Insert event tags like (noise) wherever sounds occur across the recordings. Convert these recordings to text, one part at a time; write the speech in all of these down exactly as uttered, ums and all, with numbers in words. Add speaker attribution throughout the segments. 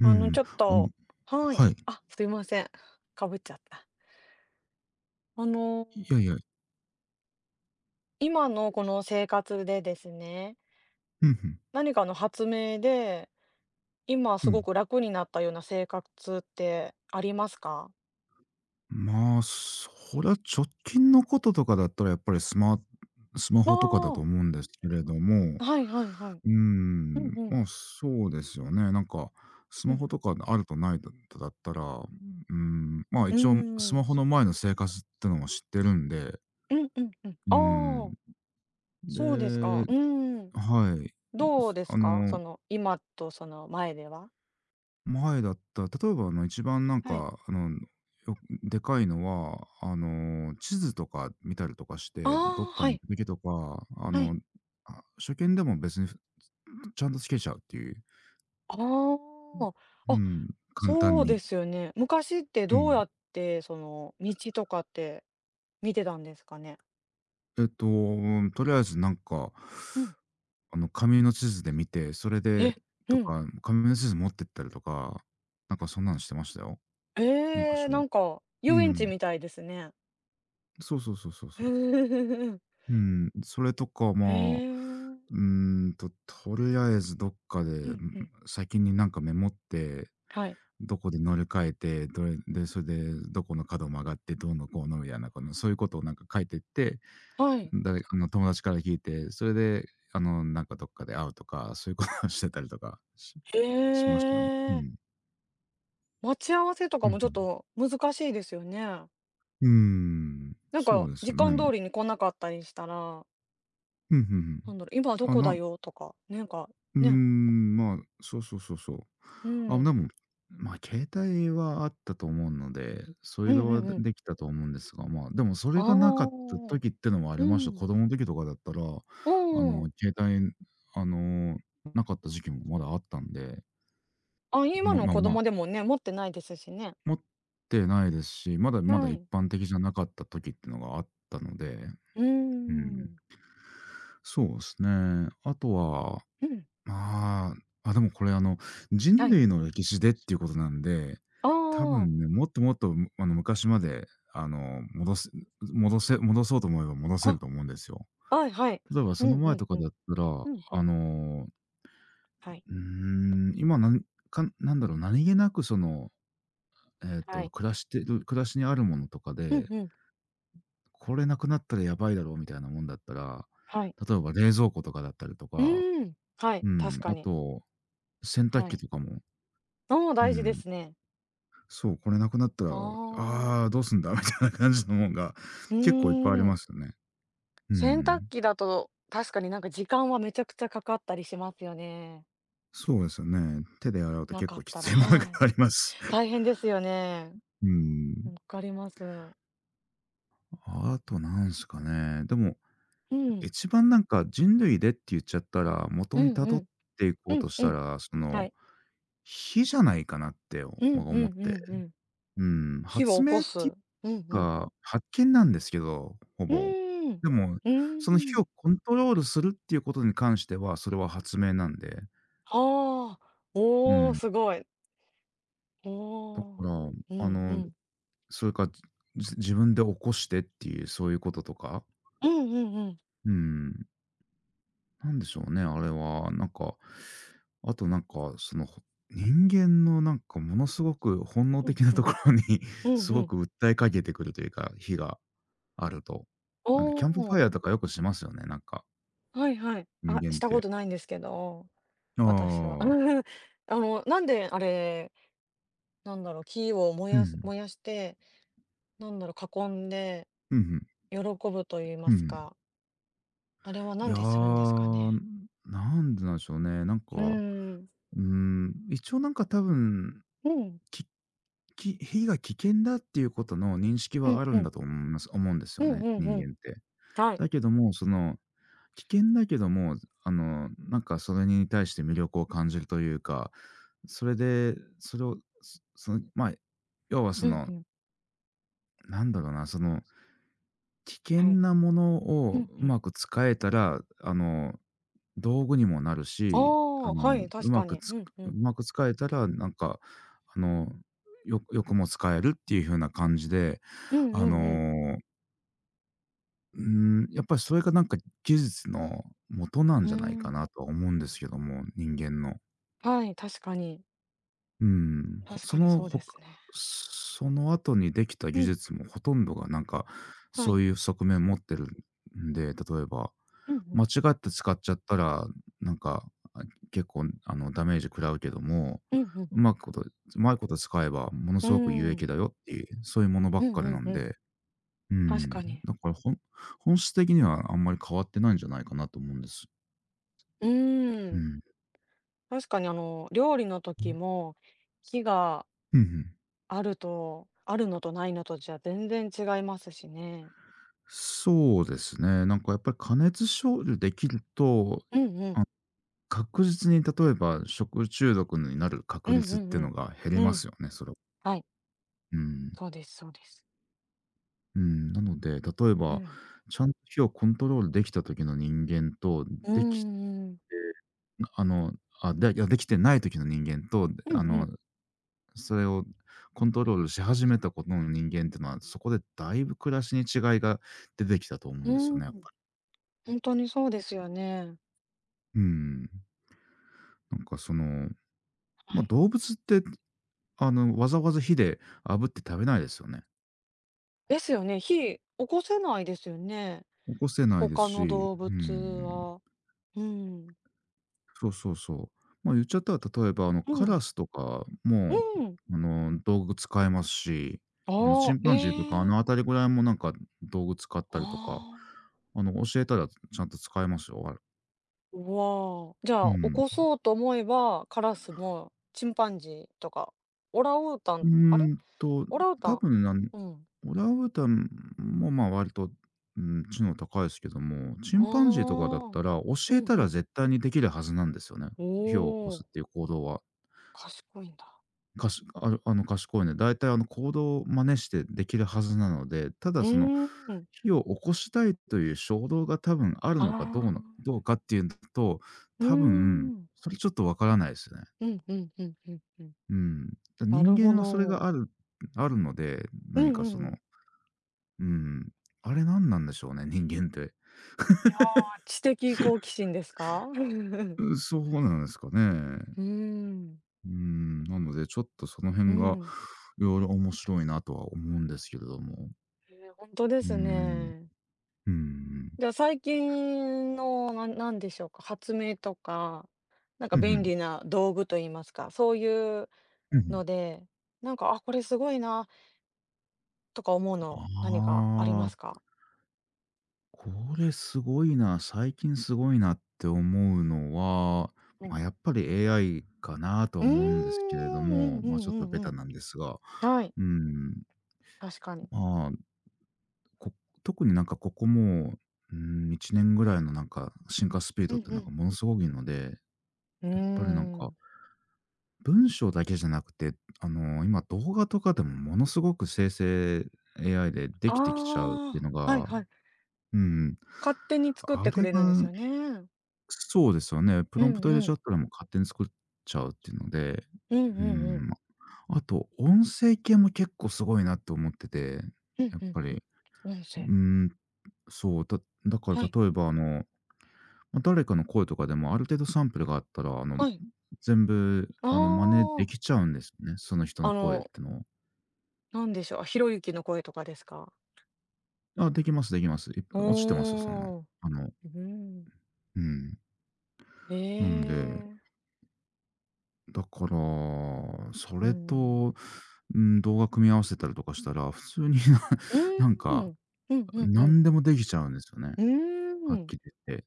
Speaker 1: う
Speaker 2: あの、
Speaker 1: ん、
Speaker 2: ちょっ
Speaker 1: あの
Speaker 2: とはい。
Speaker 1: はい。
Speaker 2: あ、すいません。かぶっちゃった。あの、
Speaker 1: いやいや、
Speaker 2: 今のこの生活でですね、
Speaker 1: うん、うん、
Speaker 2: 何かの発明で、今
Speaker 1: う
Speaker 2: すご
Speaker 1: ん。
Speaker 2: く楽になったような生活ってありますか？
Speaker 1: まあ、そりゃ直近のこととかだったらやっぱりスマスマ
Speaker 2: あ
Speaker 1: ホとかだと
Speaker 2: あ、
Speaker 1: 思うんですけれども、
Speaker 2: はいはいはい。
Speaker 1: うー
Speaker 2: う
Speaker 1: ん、
Speaker 2: んうん。
Speaker 1: まあ、そうですよね。なんか、ス
Speaker 2: う
Speaker 1: マ
Speaker 2: ん。
Speaker 1: ホとかあるとないとだったら、うーん、まあ、
Speaker 2: うー
Speaker 1: 一応スマホ
Speaker 2: ん。
Speaker 1: の前の生活ってのも知ってるんで、
Speaker 2: うんうんうん。
Speaker 1: うー
Speaker 2: あ
Speaker 1: ん。
Speaker 2: あ、そうですか。
Speaker 1: で、
Speaker 2: うーん。
Speaker 1: はい。
Speaker 2: どうです
Speaker 1: あ
Speaker 2: か？
Speaker 1: の
Speaker 2: その、今とその前では。
Speaker 1: 前だったら、例えばあの一番なん
Speaker 2: はい。
Speaker 1: か、あの、よでかいのは、あの、地図とか見たりとかし
Speaker 2: あ
Speaker 1: て、どっ
Speaker 2: あ、
Speaker 1: か
Speaker 2: は
Speaker 1: に行
Speaker 2: い、
Speaker 1: く時とか、あ
Speaker 2: は
Speaker 1: の、
Speaker 2: い。
Speaker 1: あ、初見でも別にちゃんとつけちゃうっていう。
Speaker 2: ああ。
Speaker 1: う
Speaker 2: あ、
Speaker 1: ん、簡単
Speaker 2: そうで
Speaker 1: に。
Speaker 2: すよね。昔って
Speaker 1: う
Speaker 2: どう
Speaker 1: ん。
Speaker 2: やって、その、道とかって見てたんですかね？
Speaker 1: えっと、とりあえずなんか、
Speaker 2: うん。
Speaker 1: あの、紙の地図で見て、それ
Speaker 2: え、
Speaker 1: で
Speaker 2: う
Speaker 1: と
Speaker 2: ん。
Speaker 1: か、紙の地図持ってったりとか、なんかそんなのしてましたよ、
Speaker 2: え
Speaker 1: 昔
Speaker 2: え、な
Speaker 1: は。
Speaker 2: んか、
Speaker 1: う
Speaker 2: 遊園地
Speaker 1: ん。
Speaker 2: みたいですね。
Speaker 1: そうそうそうそう
Speaker 2: ふ
Speaker 1: そう。
Speaker 2: ふふふ、
Speaker 1: うん、それとか、
Speaker 2: へ
Speaker 1: まあ、
Speaker 2: え。
Speaker 1: うーんと、とりあえずどっかで、
Speaker 2: う
Speaker 1: ん、
Speaker 2: んうん。
Speaker 1: 先になんかメモって、
Speaker 2: はい。
Speaker 1: どこで乗り換えて、どれで、それでどこの角を曲がって、どうのこうのみたいな、この、そういうことをなんか書いてって、
Speaker 2: はい。
Speaker 1: 誰かあの友達から聞いて、それで、あの、なんかどっかで会うとか、そういうことをしてたりとかしし
Speaker 2: へ
Speaker 1: ましたよ。う
Speaker 2: え。
Speaker 1: ん。
Speaker 2: 待ち合わせと
Speaker 1: う
Speaker 2: か
Speaker 1: ん
Speaker 2: もちょ
Speaker 1: う
Speaker 2: っ
Speaker 1: ん。
Speaker 2: と難しいですよね。
Speaker 1: うーん、
Speaker 2: なん
Speaker 1: そう
Speaker 2: か、
Speaker 1: です
Speaker 2: 時
Speaker 1: よ
Speaker 2: 間
Speaker 1: ね。
Speaker 2: 通りに来なかったりしたら、
Speaker 1: うんう
Speaker 2: な
Speaker 1: ん
Speaker 2: んだろう、今
Speaker 1: う
Speaker 2: ど
Speaker 1: ん。あ、
Speaker 2: こだ
Speaker 1: な
Speaker 2: よとか、なんか、
Speaker 1: うー
Speaker 2: ね、
Speaker 1: ん、まあ、そうそうそうそう。
Speaker 2: う
Speaker 1: あ、で
Speaker 2: ん。
Speaker 1: も、まあ、携帯はあったと思うので、そうい
Speaker 2: う
Speaker 1: う
Speaker 2: んう
Speaker 1: のは
Speaker 2: ん
Speaker 1: で
Speaker 2: うん。
Speaker 1: できたと思うんですが、まあ、でもそれ
Speaker 2: あ
Speaker 1: がなかった
Speaker 2: あ。
Speaker 1: 時ってのもあ
Speaker 2: う
Speaker 1: りました。
Speaker 2: ん。
Speaker 1: 子供の時とかだったら、あ
Speaker 2: う
Speaker 1: の、
Speaker 2: ん。
Speaker 1: 携帯、あの、なかった時期もまだあったんで、
Speaker 2: あ、今
Speaker 1: も
Speaker 2: の
Speaker 1: まあ
Speaker 2: 子
Speaker 1: まあ、
Speaker 2: 供でもね、持ってないですしね。
Speaker 1: 持ってないですし、まだまだ
Speaker 2: は
Speaker 1: 一
Speaker 2: い。
Speaker 1: 般的じゃなかった時ってのがあったので、
Speaker 2: うー
Speaker 1: うん。
Speaker 2: ん。
Speaker 1: そうですね。あとは
Speaker 2: うん。
Speaker 1: ああ、あ、でもこれあの、人
Speaker 2: はい。
Speaker 1: 類の歴史でっていうことなんで、
Speaker 2: あ
Speaker 1: 多分
Speaker 2: あ。
Speaker 1: ね、もっともっと、むあの、昔まで、あの、戻す戻せ戻そうと思えば戻せる
Speaker 2: あ、
Speaker 1: と思うんですよ。
Speaker 2: はいはい。
Speaker 1: 例えば
Speaker 2: う
Speaker 1: そ
Speaker 2: ん
Speaker 1: の
Speaker 2: う
Speaker 1: 前
Speaker 2: ん
Speaker 1: とか
Speaker 2: うん。
Speaker 1: だったら、
Speaker 2: うんう
Speaker 1: あ
Speaker 2: ん。
Speaker 1: の、
Speaker 2: はい。
Speaker 1: うーん、今なんかなんだろう、何気なくその、えっ
Speaker 2: は
Speaker 1: と、
Speaker 2: い。
Speaker 1: 暮らしてる暮らしにあるものとか
Speaker 2: うん
Speaker 1: で、
Speaker 2: うん。
Speaker 1: これなくなったらやばいだろうみたいなもんだったら、
Speaker 2: はい。
Speaker 1: 例えば冷蔵庫とかだったりと
Speaker 2: う
Speaker 1: か、
Speaker 2: ーん。はい、
Speaker 1: うん、
Speaker 2: 確か
Speaker 1: あ
Speaker 2: に。
Speaker 1: と洗濯
Speaker 2: は
Speaker 1: 機
Speaker 2: い。
Speaker 1: とかも、
Speaker 2: ああ、
Speaker 1: う
Speaker 2: 大事で
Speaker 1: ん、
Speaker 2: すね。
Speaker 1: そう、これなくなったら、
Speaker 2: あ
Speaker 1: ああ、ど
Speaker 2: あ。
Speaker 1: うすんだ (laughs) みたいな感じのもんが
Speaker 2: うー
Speaker 1: 結構いっぱいありま
Speaker 2: ん。
Speaker 1: すよね。う
Speaker 2: 洗濯
Speaker 1: ん。
Speaker 2: 機だと、確かになんか時間はめちゃくちゃかかったりしますよね。
Speaker 1: そうですよね。手で洗うと
Speaker 2: な
Speaker 1: 結
Speaker 2: かっ
Speaker 1: 構き
Speaker 2: たら、
Speaker 1: ついものが
Speaker 2: はい。
Speaker 1: あります。
Speaker 2: 大変ですよね。
Speaker 1: うん。
Speaker 2: わかります。
Speaker 1: あとなんすかね。でも、
Speaker 2: うん。
Speaker 1: 一番なんか人類でって言っちゃったら、元
Speaker 2: う
Speaker 1: に
Speaker 2: んう
Speaker 1: 辿っ
Speaker 2: ん。
Speaker 1: ていこう
Speaker 2: うん
Speaker 1: とし
Speaker 2: う
Speaker 1: た
Speaker 2: ん。
Speaker 1: ら、そ
Speaker 2: は
Speaker 1: の、
Speaker 2: い。
Speaker 1: 火じゃないかなって
Speaker 2: うんうんう
Speaker 1: 思って。
Speaker 2: んうん。
Speaker 1: うん、
Speaker 2: 火
Speaker 1: 発
Speaker 2: を起
Speaker 1: 明
Speaker 2: こ
Speaker 1: っ
Speaker 2: す。う
Speaker 1: て
Speaker 2: んうん。
Speaker 1: か、発見なんですけど、ほ
Speaker 2: う
Speaker 1: ぼ。
Speaker 2: ーん。
Speaker 1: でも、
Speaker 2: う
Speaker 1: その火
Speaker 2: ー
Speaker 1: を
Speaker 2: ん。
Speaker 1: コントロールするっていうことに関しては、それは発明なんで。
Speaker 2: はあ、
Speaker 1: う
Speaker 2: おお、
Speaker 1: ん。
Speaker 2: すごい。お
Speaker 1: だか
Speaker 2: お。
Speaker 1: ら、
Speaker 2: う
Speaker 1: あ
Speaker 2: んう
Speaker 1: の、
Speaker 2: ん。
Speaker 1: それか、じ自分で起こしてっていう、そういうこととか。
Speaker 2: うんうんうん。
Speaker 1: うん。なんでしょうね、あれは。なんか、あとなんか、その、ほ人間のなんかものすごく本能
Speaker 2: うん
Speaker 1: 的な
Speaker 2: う
Speaker 1: と
Speaker 2: ん。
Speaker 1: ころに
Speaker 2: う
Speaker 1: (laughs) す
Speaker 2: んう
Speaker 1: ご
Speaker 2: ん。
Speaker 1: く訴えかけてくるというか、火があると。
Speaker 2: お
Speaker 1: なんかキャンプファイ
Speaker 2: お、
Speaker 1: ヤーとかよくしますよね、なんか、
Speaker 2: はいはい。
Speaker 1: 人
Speaker 2: あ、
Speaker 1: 間
Speaker 2: し
Speaker 1: っ
Speaker 2: たこ
Speaker 1: て。
Speaker 2: とないんですけど、
Speaker 1: あ
Speaker 2: 私は。
Speaker 1: あ、
Speaker 2: (laughs) あの、なんであれ、なんだろう、木を燃
Speaker 1: う
Speaker 2: やす
Speaker 1: ん、
Speaker 2: 燃やして、なんだろう、囲んで
Speaker 1: うん、ん、
Speaker 2: 喜ぶと言いま
Speaker 1: う
Speaker 2: す
Speaker 1: ん。
Speaker 2: か、あれは
Speaker 1: い
Speaker 2: なん
Speaker 1: や
Speaker 2: でするんですか
Speaker 1: ー、
Speaker 2: ね？
Speaker 1: なんでなんでしょうね。なん
Speaker 2: う
Speaker 1: か、
Speaker 2: ーん。
Speaker 1: うーん、一応なんか多分、
Speaker 2: うん。
Speaker 1: きき火が危険だっていうことの認識
Speaker 2: う
Speaker 1: は
Speaker 2: ん
Speaker 1: ある
Speaker 2: う
Speaker 1: ん
Speaker 2: ん。
Speaker 1: だと思います思うんです
Speaker 2: う
Speaker 1: よ
Speaker 2: ん
Speaker 1: ね、
Speaker 2: うん
Speaker 1: 人
Speaker 2: うん。
Speaker 1: 間って。
Speaker 2: はい。
Speaker 1: だけども、その、危険だけども、あの、なんかそれに対して魅力を感じるというか、それで、それを、そその、まあ、要はそ
Speaker 2: うんう
Speaker 1: の、
Speaker 2: ん。
Speaker 1: なんだろうな、その危険
Speaker 2: はい。
Speaker 1: なもの
Speaker 2: う
Speaker 1: を
Speaker 2: ん
Speaker 1: う
Speaker 2: うん。
Speaker 1: まく使えたら、あの、道具にもなる
Speaker 2: あ
Speaker 1: し、あ
Speaker 2: あ、は
Speaker 1: の、
Speaker 2: い、
Speaker 1: う
Speaker 2: 確
Speaker 1: ま
Speaker 2: か
Speaker 1: く
Speaker 2: に。
Speaker 1: つ
Speaker 2: うんう
Speaker 1: う
Speaker 2: ん。
Speaker 1: まく使えたら、なんか、あの、よよくも使えるっていう風な感じで、
Speaker 2: うん
Speaker 1: あ
Speaker 2: うんうん。
Speaker 1: の、うーん、やっぱりそれがなんか技術の元なん
Speaker 2: うー
Speaker 1: じゃないか
Speaker 2: ん。
Speaker 1: なとは思うんですけども、人間の。
Speaker 2: はい、確かに。
Speaker 1: うん、ほ
Speaker 2: 確
Speaker 1: そ
Speaker 2: かに
Speaker 1: の
Speaker 2: そう
Speaker 1: ほ
Speaker 2: で
Speaker 1: か
Speaker 2: すね。
Speaker 1: その後にできた
Speaker 2: う
Speaker 1: 技
Speaker 2: ん、
Speaker 1: 術もほとんどがなんか、
Speaker 2: は
Speaker 1: そう
Speaker 2: い。
Speaker 1: いう側面持ってるんで、例えば
Speaker 2: うんうん。
Speaker 1: 間違って使っちゃったら、なんか、あ、結構あの、ダメージ食らうけども、
Speaker 2: うんうん。
Speaker 1: うまくことうまいこと使えばもの
Speaker 2: う
Speaker 1: すごく有
Speaker 2: ー
Speaker 1: 益
Speaker 2: ん。
Speaker 1: だよっていう、そういうものば
Speaker 2: う
Speaker 1: っ
Speaker 2: ん
Speaker 1: か
Speaker 2: う
Speaker 1: りな
Speaker 2: ん
Speaker 1: ん
Speaker 2: うん。
Speaker 1: で、うー
Speaker 2: 確
Speaker 1: ん、
Speaker 2: かに。
Speaker 1: だからほん本質的にはあんまり変わってないんじゃないかなと思うんです。
Speaker 2: うー
Speaker 1: う
Speaker 2: ん。
Speaker 1: ん。
Speaker 2: 確かにあの、料理の時も、火が
Speaker 1: うんうん。
Speaker 2: あるとあるのとないのとじゃ全然違いますしね。
Speaker 1: そうですね、なんかやっぱり加熱処理できると、
Speaker 2: うんうん。
Speaker 1: あ、確実に例えば食中毒になる
Speaker 2: う
Speaker 1: 確
Speaker 2: んう
Speaker 1: 率っ
Speaker 2: ん
Speaker 1: て
Speaker 2: う
Speaker 1: の
Speaker 2: ん。
Speaker 1: が減り
Speaker 2: う
Speaker 1: ま
Speaker 2: ん。
Speaker 1: すよね、それは。
Speaker 2: はい、
Speaker 1: うん。
Speaker 2: そうですそうです。
Speaker 1: うん、なので、例え
Speaker 2: う
Speaker 1: ば、
Speaker 2: ん。
Speaker 1: ちゃんと火をコントロールできた時の人間と、
Speaker 2: うー
Speaker 1: でき
Speaker 2: ん。
Speaker 1: あの、あ、でいや、できてない時の人間と、
Speaker 2: う
Speaker 1: あ
Speaker 2: んう
Speaker 1: の、
Speaker 2: ん。
Speaker 1: それをコントロールし始めたことの人間っていうのは、そこでだいぶ暮らしに違いが出てきたと思うん
Speaker 2: う
Speaker 1: です
Speaker 2: ー
Speaker 1: よね、やっ
Speaker 2: ん。
Speaker 1: ぱり。
Speaker 2: 本当にそうですよね。
Speaker 1: うん。なんかその、まあ、動物って、あの、わざわざ火で炙って食べないですよね。
Speaker 2: ですよね、火起こせないですよね。
Speaker 1: 起こせないです
Speaker 2: 他の
Speaker 1: し、
Speaker 2: 動
Speaker 1: う
Speaker 2: 物
Speaker 1: ん。
Speaker 2: は。うん。
Speaker 1: そうそうそう。まあ、言っちゃったら、例えば、あの、
Speaker 2: う
Speaker 1: カラ
Speaker 2: ん。
Speaker 1: スとか
Speaker 2: う
Speaker 1: も、
Speaker 2: ん。
Speaker 1: あの、道具使えますし、あの、
Speaker 2: あ
Speaker 1: チ
Speaker 2: あ、
Speaker 1: ン
Speaker 2: え
Speaker 1: パンジーとか、あ
Speaker 2: え。
Speaker 1: の辺りぐらいもなんか道具使ったりとか、
Speaker 2: ああ
Speaker 1: あの、教えたらちゃんと使えますよ、あれ。
Speaker 2: ー、うわあ、じゃ
Speaker 1: う
Speaker 2: あ、起
Speaker 1: ん。
Speaker 2: こそうと思えば、カラスもチンパンジーとか、オランウータ
Speaker 1: う
Speaker 2: ンあれ？
Speaker 1: ーんと、
Speaker 2: オランウータ
Speaker 1: 多
Speaker 2: ン、
Speaker 1: 分なん
Speaker 2: うん。
Speaker 1: オランウータンも、まあ、割と、うん、知能高いですけども、チンパンジ
Speaker 2: あ
Speaker 1: ーとかだった
Speaker 2: あ。
Speaker 1: ら、
Speaker 2: う
Speaker 1: 教え
Speaker 2: ん
Speaker 1: た
Speaker 2: う
Speaker 1: ら
Speaker 2: ん。
Speaker 1: 絶対にできるはずなんですよね。
Speaker 2: お
Speaker 1: 火を起こす
Speaker 2: お、
Speaker 1: っていう行動は。
Speaker 2: 賢いんだ。
Speaker 1: かしあるあの、賢いねで、大体あの、行動を真似してできるはずなので、ただ
Speaker 2: う
Speaker 1: その、
Speaker 2: ーん。
Speaker 1: 火を起こしたいという衝動が多分ある
Speaker 2: あ
Speaker 1: のかどうのどう
Speaker 2: あ。
Speaker 1: かっていうのと、
Speaker 2: うー
Speaker 1: 多分、
Speaker 2: ん。
Speaker 1: それちょっとわからないですよね。
Speaker 2: うんうんうんうんうん。
Speaker 1: うん。だ
Speaker 2: な
Speaker 1: 人
Speaker 2: るほ
Speaker 1: 間はそれ
Speaker 2: ど。
Speaker 1: があるあるので、
Speaker 2: う
Speaker 1: 何
Speaker 2: ん
Speaker 1: か
Speaker 2: う
Speaker 1: その、
Speaker 2: ん、
Speaker 1: うん、あれ何なんでしょうね、人間って。
Speaker 2: いやー、知的好奇心ですか？
Speaker 1: うん、
Speaker 2: (laughs)
Speaker 1: そうなんですかね。
Speaker 2: うーん。
Speaker 1: うーん、なのでちょっとその
Speaker 2: う
Speaker 1: 辺が
Speaker 2: ん。
Speaker 1: いろいろ面白いなとは思うんですけれども。
Speaker 2: ええ、ほんとで
Speaker 1: うー
Speaker 2: す
Speaker 1: ん。
Speaker 2: ね。
Speaker 1: うんうん。
Speaker 2: じゃあ、最近のな、なんでしょうか、発明とか、なんか
Speaker 1: うんう
Speaker 2: 便
Speaker 1: ん。
Speaker 2: 利な道具と言いますか、そういう
Speaker 1: うんうん。
Speaker 2: ので、なんか、あ、これすごいなとか思う
Speaker 1: あ
Speaker 2: の、何かあります
Speaker 1: あ、
Speaker 2: か？
Speaker 1: これすごいな、最近すごいなって思うのは、
Speaker 2: うん。
Speaker 1: まあ、やっぱり エーアイ かなとは
Speaker 2: うーん、
Speaker 1: 思うんですけれど
Speaker 2: うん
Speaker 1: も、
Speaker 2: う
Speaker 1: まあ、ちょ
Speaker 2: ん
Speaker 1: っ
Speaker 2: う
Speaker 1: と
Speaker 2: ん
Speaker 1: ベ
Speaker 2: う
Speaker 1: タ
Speaker 2: ん。
Speaker 1: なんですが、
Speaker 2: はい、
Speaker 1: うん、
Speaker 2: 確かに。
Speaker 1: まあ、こ特になんかここもう、うん、いちねんぐらいのなんか進化スピー
Speaker 2: う
Speaker 1: ド
Speaker 2: ん
Speaker 1: って
Speaker 2: う
Speaker 1: なんか
Speaker 2: ん。
Speaker 1: ものすごいので、
Speaker 2: うー
Speaker 1: やっぱりなんか、
Speaker 2: ん。
Speaker 1: 文章だけじゃなくて、あの、今動画とかでもものすごく生成 エーアイ でできてきちゃうってい
Speaker 2: あ
Speaker 1: うの
Speaker 2: あ、はい
Speaker 1: が
Speaker 2: はい、
Speaker 1: うん。
Speaker 2: 勝手に作っ
Speaker 1: あ
Speaker 2: てく
Speaker 1: れ
Speaker 2: れるんです
Speaker 1: が
Speaker 2: よね。
Speaker 1: そうですよね。プ
Speaker 2: う
Speaker 1: ロンプ
Speaker 2: ん
Speaker 1: ト入
Speaker 2: う
Speaker 1: れちゃ
Speaker 2: ん。
Speaker 1: ったらもう勝手に作っちゃうっていうので、
Speaker 2: うん
Speaker 1: う
Speaker 2: う
Speaker 1: ー
Speaker 2: んうん。
Speaker 1: ん。あと音声系も結構すごいなと思ってて、
Speaker 2: うん
Speaker 1: やっ
Speaker 2: うん
Speaker 1: ぱ
Speaker 2: う
Speaker 1: り。
Speaker 2: ん。音
Speaker 1: う
Speaker 2: 声。
Speaker 1: ーん、そう、だだか
Speaker 2: は
Speaker 1: ら
Speaker 2: い。
Speaker 1: 例えばあの、ま、誰かの声とかでもある程度サンプルがあったら、あの、
Speaker 2: はい。
Speaker 1: 全部
Speaker 2: あ
Speaker 1: あの、真似で
Speaker 2: あ。
Speaker 1: きちゃうんですよね、その人の
Speaker 2: あ
Speaker 1: 声っ
Speaker 2: の、
Speaker 1: てのを。
Speaker 2: なんでしょう、ひろゆきの声とかですか？
Speaker 1: あ、できますできます。い落ちてますよ、そんなん。
Speaker 2: おお。
Speaker 1: あの
Speaker 2: うーん。
Speaker 1: うん。
Speaker 2: へ
Speaker 1: なんで
Speaker 2: え。
Speaker 1: だから、そ
Speaker 2: う
Speaker 1: れ
Speaker 2: ん。
Speaker 1: と、うん、動画組み合わせたりとかしたら、普通にな (laughs)
Speaker 2: う
Speaker 1: なん
Speaker 2: ー
Speaker 1: か、
Speaker 2: ん。うんうんうん。
Speaker 1: 何でもできちゃうんですよね、
Speaker 2: うー
Speaker 1: はっ
Speaker 2: ん。
Speaker 1: きり言って。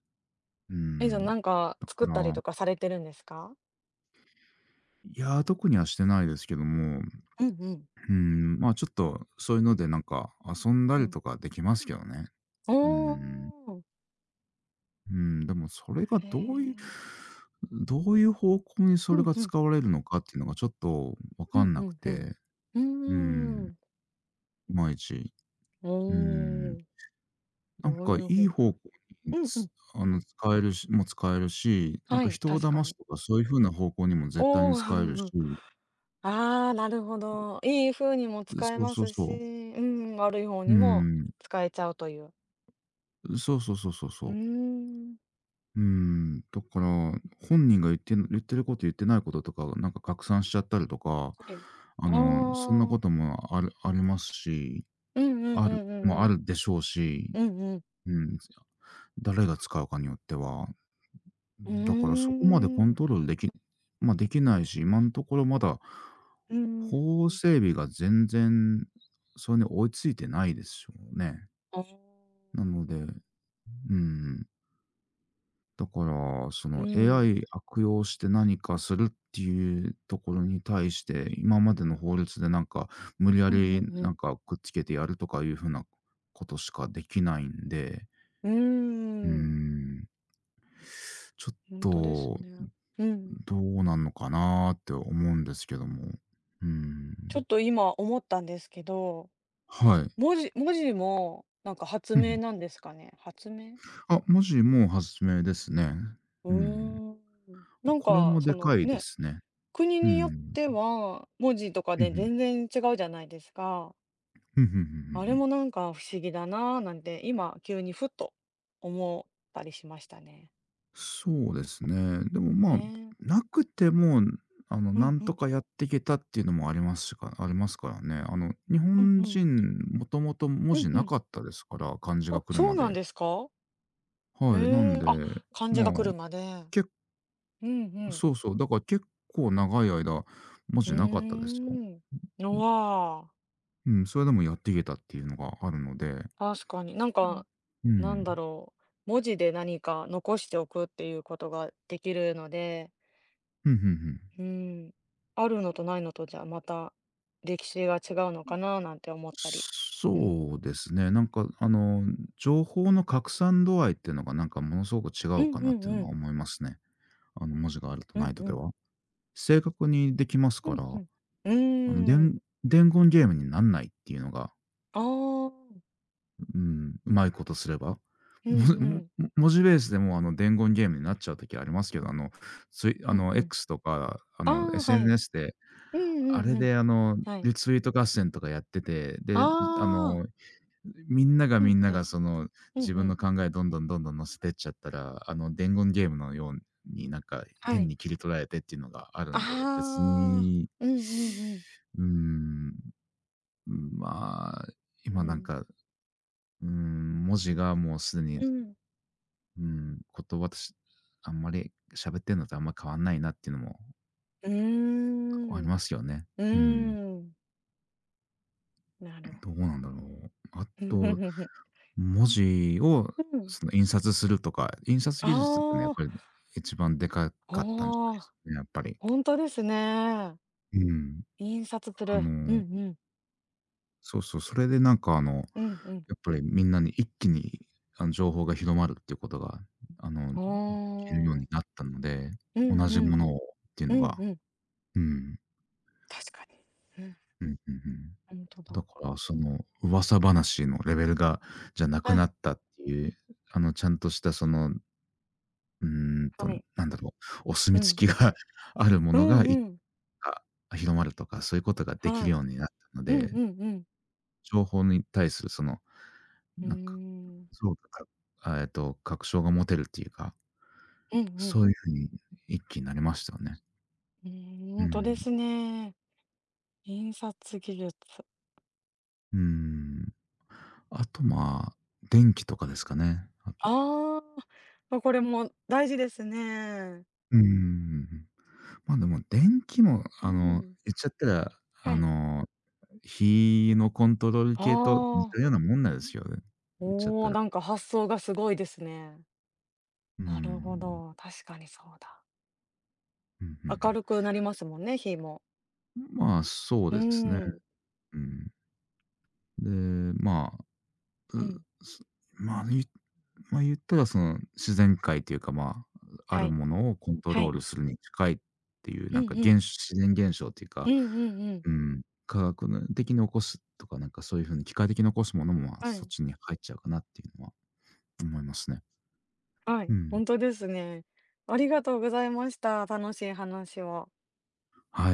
Speaker 1: う
Speaker 2: え、じ
Speaker 1: ん。
Speaker 2: ゃあ、なんか
Speaker 1: だか
Speaker 2: 作ったり
Speaker 1: ら、
Speaker 2: とかされてるんですか？
Speaker 1: いや、特にはしてないですけども、
Speaker 2: うんうん。
Speaker 1: うん、まあ、ちょっとそういうのでなんか遊んだ
Speaker 2: う
Speaker 1: り
Speaker 2: ん。
Speaker 1: とかできますけどね。
Speaker 2: お
Speaker 1: うん。
Speaker 2: お。
Speaker 1: うん、でもそれが
Speaker 2: へ
Speaker 1: どういう、
Speaker 2: え。
Speaker 1: どういう方向にそ
Speaker 2: う
Speaker 1: れ
Speaker 2: ん
Speaker 1: が
Speaker 2: うん。
Speaker 1: 使われるのかっていうのがちょっとわ
Speaker 2: うん
Speaker 1: かんな
Speaker 2: う
Speaker 1: く
Speaker 2: んうん。
Speaker 1: て、
Speaker 2: う
Speaker 1: う日。ん、
Speaker 2: ーん。
Speaker 1: いまいち。
Speaker 2: お
Speaker 1: うん。
Speaker 2: お。
Speaker 1: なん
Speaker 2: どう
Speaker 1: か
Speaker 2: いう
Speaker 1: いい
Speaker 2: 方
Speaker 1: 方
Speaker 2: 向、
Speaker 1: 向に
Speaker 2: うんう
Speaker 1: つ
Speaker 2: ん。
Speaker 1: あの、使えるしも使えるし、なん
Speaker 2: は
Speaker 1: か
Speaker 2: い、
Speaker 1: 人を
Speaker 2: 確か
Speaker 1: 騙す
Speaker 2: に。
Speaker 1: とかそういう風な方向にも絶対
Speaker 2: お
Speaker 1: に
Speaker 2: お。
Speaker 1: 使えるし、
Speaker 2: (laughs) ああ、なるほど。いい風にも使え
Speaker 1: そう
Speaker 2: ま
Speaker 1: そう
Speaker 2: す
Speaker 1: そう。
Speaker 2: し、うん、悪い方
Speaker 1: うー
Speaker 2: にも
Speaker 1: ん。
Speaker 2: 使えちゃうという。
Speaker 1: そうそうそうそうそ
Speaker 2: うー
Speaker 1: う。
Speaker 2: ん。
Speaker 1: うーん、だから、本人が言ってん言ってること言ってないこととかなんか拡散しちゃったりとか、
Speaker 2: はい。
Speaker 1: あ
Speaker 2: あ
Speaker 1: の、そんなこ
Speaker 2: あ。
Speaker 1: ともあるありますし、
Speaker 2: うんうん
Speaker 1: あ
Speaker 2: う
Speaker 1: る
Speaker 2: んうんう
Speaker 1: もあ
Speaker 2: ん。
Speaker 1: るでしょうし、
Speaker 2: うんうん。
Speaker 1: うん、誰が使うかによっては。
Speaker 2: う
Speaker 1: だからそこまでコ
Speaker 2: ー
Speaker 1: ン
Speaker 2: ん。
Speaker 1: トロールできまあ、できないし、今のところまだ、
Speaker 2: うん。
Speaker 1: 法整備が全然それに追いついてないですよね。
Speaker 2: ああ。
Speaker 1: なので、うん、だからそ
Speaker 2: う
Speaker 1: の
Speaker 2: ん。
Speaker 1: エーアイ 悪用して何かするっていうところに対して、今までの法律でなんか無理や
Speaker 2: うんうん
Speaker 1: り
Speaker 2: う
Speaker 1: な
Speaker 2: ん。
Speaker 1: んかくっつけてやるとかいうふうなことしかできないんで、
Speaker 2: うー
Speaker 1: う
Speaker 2: ん。
Speaker 1: ん、ちょっ
Speaker 2: ほんとです
Speaker 1: と
Speaker 2: ね。うん。
Speaker 1: どうなんのかなって思うんですけども。う
Speaker 2: ちょ
Speaker 1: ん。
Speaker 2: っと今思ったんですけど、
Speaker 1: はい。
Speaker 2: 文字文字も、なんか発
Speaker 1: ふんふ
Speaker 2: 明
Speaker 1: ん。
Speaker 2: なんですかね？発明？
Speaker 1: あ、文字も発明ですね。
Speaker 2: う
Speaker 1: うん。
Speaker 2: ーん。
Speaker 1: あ、
Speaker 2: なん
Speaker 1: これ
Speaker 2: か、
Speaker 1: も
Speaker 2: そ
Speaker 1: で
Speaker 2: の、
Speaker 1: かいで
Speaker 2: ね、
Speaker 1: すね。
Speaker 2: 国
Speaker 1: う
Speaker 2: によっ
Speaker 1: ん。
Speaker 2: ては、文字とか
Speaker 1: ふん
Speaker 2: で
Speaker 1: ふん。
Speaker 2: 全然違うじゃないですか。
Speaker 1: ふんふんふんふん
Speaker 2: あ
Speaker 1: ふ
Speaker 2: れ
Speaker 1: ん。
Speaker 2: もなんか不思議だなぁなんて、今急にふっと思ったりしましたね。
Speaker 1: そうですね。でも、まあ、
Speaker 2: ねえ。
Speaker 1: なくても、あの、
Speaker 2: う
Speaker 1: な
Speaker 2: ん
Speaker 1: ん
Speaker 2: う
Speaker 1: と
Speaker 2: ん。
Speaker 1: かやっていけたっていうのもありますしかありますからね。あの、日
Speaker 2: うん
Speaker 1: 本
Speaker 2: うん。
Speaker 1: 人もともと文
Speaker 2: うん
Speaker 1: 字
Speaker 2: う
Speaker 1: な
Speaker 2: ん。
Speaker 1: かったですから、漢字
Speaker 2: あ、
Speaker 1: が来る
Speaker 2: そ
Speaker 1: ま
Speaker 2: うなん
Speaker 1: で。
Speaker 2: ですか？へ
Speaker 1: はい、なん
Speaker 2: え、あ、
Speaker 1: で、
Speaker 2: 漢字
Speaker 1: まあ、
Speaker 2: が来るまで。
Speaker 1: 構
Speaker 2: うんうん。
Speaker 1: そうそう、だから結構長い間、マ
Speaker 2: う
Speaker 1: ジなかった
Speaker 2: ー
Speaker 1: ですよ。
Speaker 2: ん。うわあ。
Speaker 1: うん、それでもやっていけたっていうのがあるので。
Speaker 2: 確かに。なんか、
Speaker 1: うん。う
Speaker 2: なん
Speaker 1: ん。
Speaker 2: だろう、文字で何か残しておくっていうことができるので、
Speaker 1: ふんふんふん。
Speaker 2: うん、あるのとないのとじゃまた歴史が違うのかななんて思ったり。う
Speaker 1: そう
Speaker 2: ん。
Speaker 1: ですね、なんかあの、情報の拡散度合いっていうのがなんかものすごく違
Speaker 2: う
Speaker 1: うか
Speaker 2: ん
Speaker 1: なっ
Speaker 2: う
Speaker 1: て
Speaker 2: ん
Speaker 1: いう
Speaker 2: う
Speaker 1: のは
Speaker 2: ん。
Speaker 1: 思いますね。あの文字があると
Speaker 2: う
Speaker 1: な
Speaker 2: ん
Speaker 1: いと
Speaker 2: う
Speaker 1: で
Speaker 2: ん。
Speaker 1: は。正確にできます
Speaker 2: う
Speaker 1: か
Speaker 2: んう
Speaker 1: ら、
Speaker 2: ん。う
Speaker 1: あの、で
Speaker 2: ーん。
Speaker 1: 伝言ゲームになんないっていうのが、
Speaker 2: ああ、
Speaker 1: うん、上手いことすれば。
Speaker 2: うん
Speaker 1: も
Speaker 2: う
Speaker 1: も
Speaker 2: ん。
Speaker 1: も文字ベースでもう、あの、伝言ゲームになっちゃう時ありますけど、あの、つい、あ
Speaker 2: うんう
Speaker 1: の、
Speaker 2: ん。
Speaker 1: X とか、あ
Speaker 2: あ
Speaker 1: の、
Speaker 2: あ、はい。
Speaker 1: エスエヌエス で、
Speaker 2: うんう
Speaker 1: あれ
Speaker 2: んうん。
Speaker 1: で、あの、
Speaker 2: はい。
Speaker 1: リツイート合戦とかやってて、で、あの、
Speaker 2: ああ、
Speaker 1: みんなが
Speaker 2: う
Speaker 1: みん
Speaker 2: ん
Speaker 1: な
Speaker 2: う
Speaker 1: が、
Speaker 2: ん。
Speaker 1: その、
Speaker 2: う
Speaker 1: 自
Speaker 2: んう
Speaker 1: 分の
Speaker 2: ん。
Speaker 1: 考えどんどんどんどん載せてっちゃったら、あの、伝言ゲームのように、なんか、
Speaker 2: は
Speaker 1: 変
Speaker 2: い。
Speaker 1: に切り取られてっていうのがある
Speaker 2: あ
Speaker 1: んで、別
Speaker 2: あ、
Speaker 1: に、
Speaker 2: うんうんうん。
Speaker 1: うーん、まあ、
Speaker 2: う
Speaker 1: 今なん
Speaker 2: ん。
Speaker 1: か、うーん、文字がもうすでに、
Speaker 2: うん。
Speaker 1: うん、言葉としあんまり喋ってんのとあんま変わんないなっていうのも
Speaker 2: うー
Speaker 1: ああ
Speaker 2: ん、
Speaker 1: り
Speaker 2: う
Speaker 1: ますよね。うん、
Speaker 2: ーん、なる
Speaker 1: どう
Speaker 2: ほ
Speaker 1: な
Speaker 2: ど。
Speaker 1: んだろう。あ
Speaker 2: う
Speaker 1: と、
Speaker 2: ん。
Speaker 1: 文字をその印刷するとか、印刷
Speaker 2: あ
Speaker 1: 技術ってね、やっ
Speaker 2: あ、
Speaker 1: ぱりね、一番でか
Speaker 2: あ
Speaker 1: かったんじゃないです
Speaker 2: あ、
Speaker 1: かね、やっぱり。
Speaker 2: ほんとですね。
Speaker 1: うん。
Speaker 2: 印刷す
Speaker 1: あ
Speaker 2: る。うんう
Speaker 1: の、
Speaker 2: ん。
Speaker 1: そうそう、それでなんかあの、
Speaker 2: うんうん。
Speaker 1: やっぱりみんなに一気に、あの、情報が広まるっていうことが、あの、で
Speaker 2: あ
Speaker 1: きるように
Speaker 2: あ。
Speaker 1: なったので、
Speaker 2: う
Speaker 1: 同
Speaker 2: ん
Speaker 1: じ
Speaker 2: う
Speaker 1: も
Speaker 2: ん。
Speaker 1: のをっていう
Speaker 2: う
Speaker 1: の
Speaker 2: ん
Speaker 1: が、
Speaker 2: うん。
Speaker 1: うん。
Speaker 2: 確かに。うん、
Speaker 1: うんうんうん。
Speaker 2: ほんと
Speaker 1: だ
Speaker 2: だ。
Speaker 1: からその噂話のレベルがじゃなく
Speaker 2: は
Speaker 1: な
Speaker 2: い、
Speaker 1: ったっていう、あのちゃんとしたその、うーんと、
Speaker 2: はい。
Speaker 1: なんだろう、お
Speaker 2: う
Speaker 1: 墨
Speaker 2: ん。
Speaker 1: 付きが (laughs) あるも
Speaker 2: う
Speaker 1: のが、
Speaker 2: ん
Speaker 1: い
Speaker 2: うん。
Speaker 1: あ、広まるとか、そういうことができ
Speaker 2: は
Speaker 1: る
Speaker 2: い。
Speaker 1: ようになったの
Speaker 2: うんう
Speaker 1: で、
Speaker 2: んうん。
Speaker 1: 情報に対するその、
Speaker 2: うー
Speaker 1: なんか、
Speaker 2: ん。
Speaker 1: そうか、あ、えっと、確証が持てるっていうか、
Speaker 2: うんう
Speaker 1: そ
Speaker 2: ん。
Speaker 1: ういう風に一気になりましたよね。
Speaker 2: うーん、ほ
Speaker 1: う
Speaker 2: んとで
Speaker 1: ん。
Speaker 2: すね。印刷技術。
Speaker 1: うん。あと、まあ、電気とかですかね。
Speaker 2: あーあ、ま、これも大事ですね。
Speaker 1: うーん。ま、でも電気も、
Speaker 2: う
Speaker 1: あの、
Speaker 2: ん。
Speaker 1: 言っちゃったら、あ
Speaker 2: はい。
Speaker 1: の、火のコントロール系と似
Speaker 2: あ
Speaker 1: た
Speaker 2: あ、
Speaker 1: ようなもんなんですよね。言っちゃっ
Speaker 2: お
Speaker 1: た
Speaker 2: お、
Speaker 1: ら。
Speaker 2: なんか発想がすごいですね。
Speaker 1: うー
Speaker 2: なるほ
Speaker 1: ん。
Speaker 2: ど、確かにそうだ。
Speaker 1: うん、んう
Speaker 2: 明
Speaker 1: ん。
Speaker 2: るくなりますもんね、日も。
Speaker 1: まあ、そう
Speaker 2: う
Speaker 1: ですね。
Speaker 2: ん、
Speaker 1: うん。で、まあ、
Speaker 2: うん、
Speaker 1: うすまあ、言っまあ、言ったらその、自然界というか、まあ、あ
Speaker 2: は
Speaker 1: る
Speaker 2: い、
Speaker 1: ものをコント
Speaker 2: は
Speaker 1: ロー
Speaker 2: い。
Speaker 1: ルするに近いっていう、
Speaker 2: う
Speaker 1: な
Speaker 2: ん
Speaker 1: んか、
Speaker 2: う
Speaker 1: 現
Speaker 2: ん、
Speaker 1: 自然現象っていう
Speaker 2: う
Speaker 1: か、
Speaker 2: んうんうん。
Speaker 1: うん、科学の的に起こすとか、なんか、そういう風に機械的に起こすものも、まあ、
Speaker 2: は
Speaker 1: そっ
Speaker 2: い、
Speaker 1: ちに入っちゃうかなっていうのは思いますね。
Speaker 2: は
Speaker 1: う
Speaker 2: い、
Speaker 1: ん。
Speaker 2: 本当ですね。ありがとうございました。楽しい話を。
Speaker 1: はい。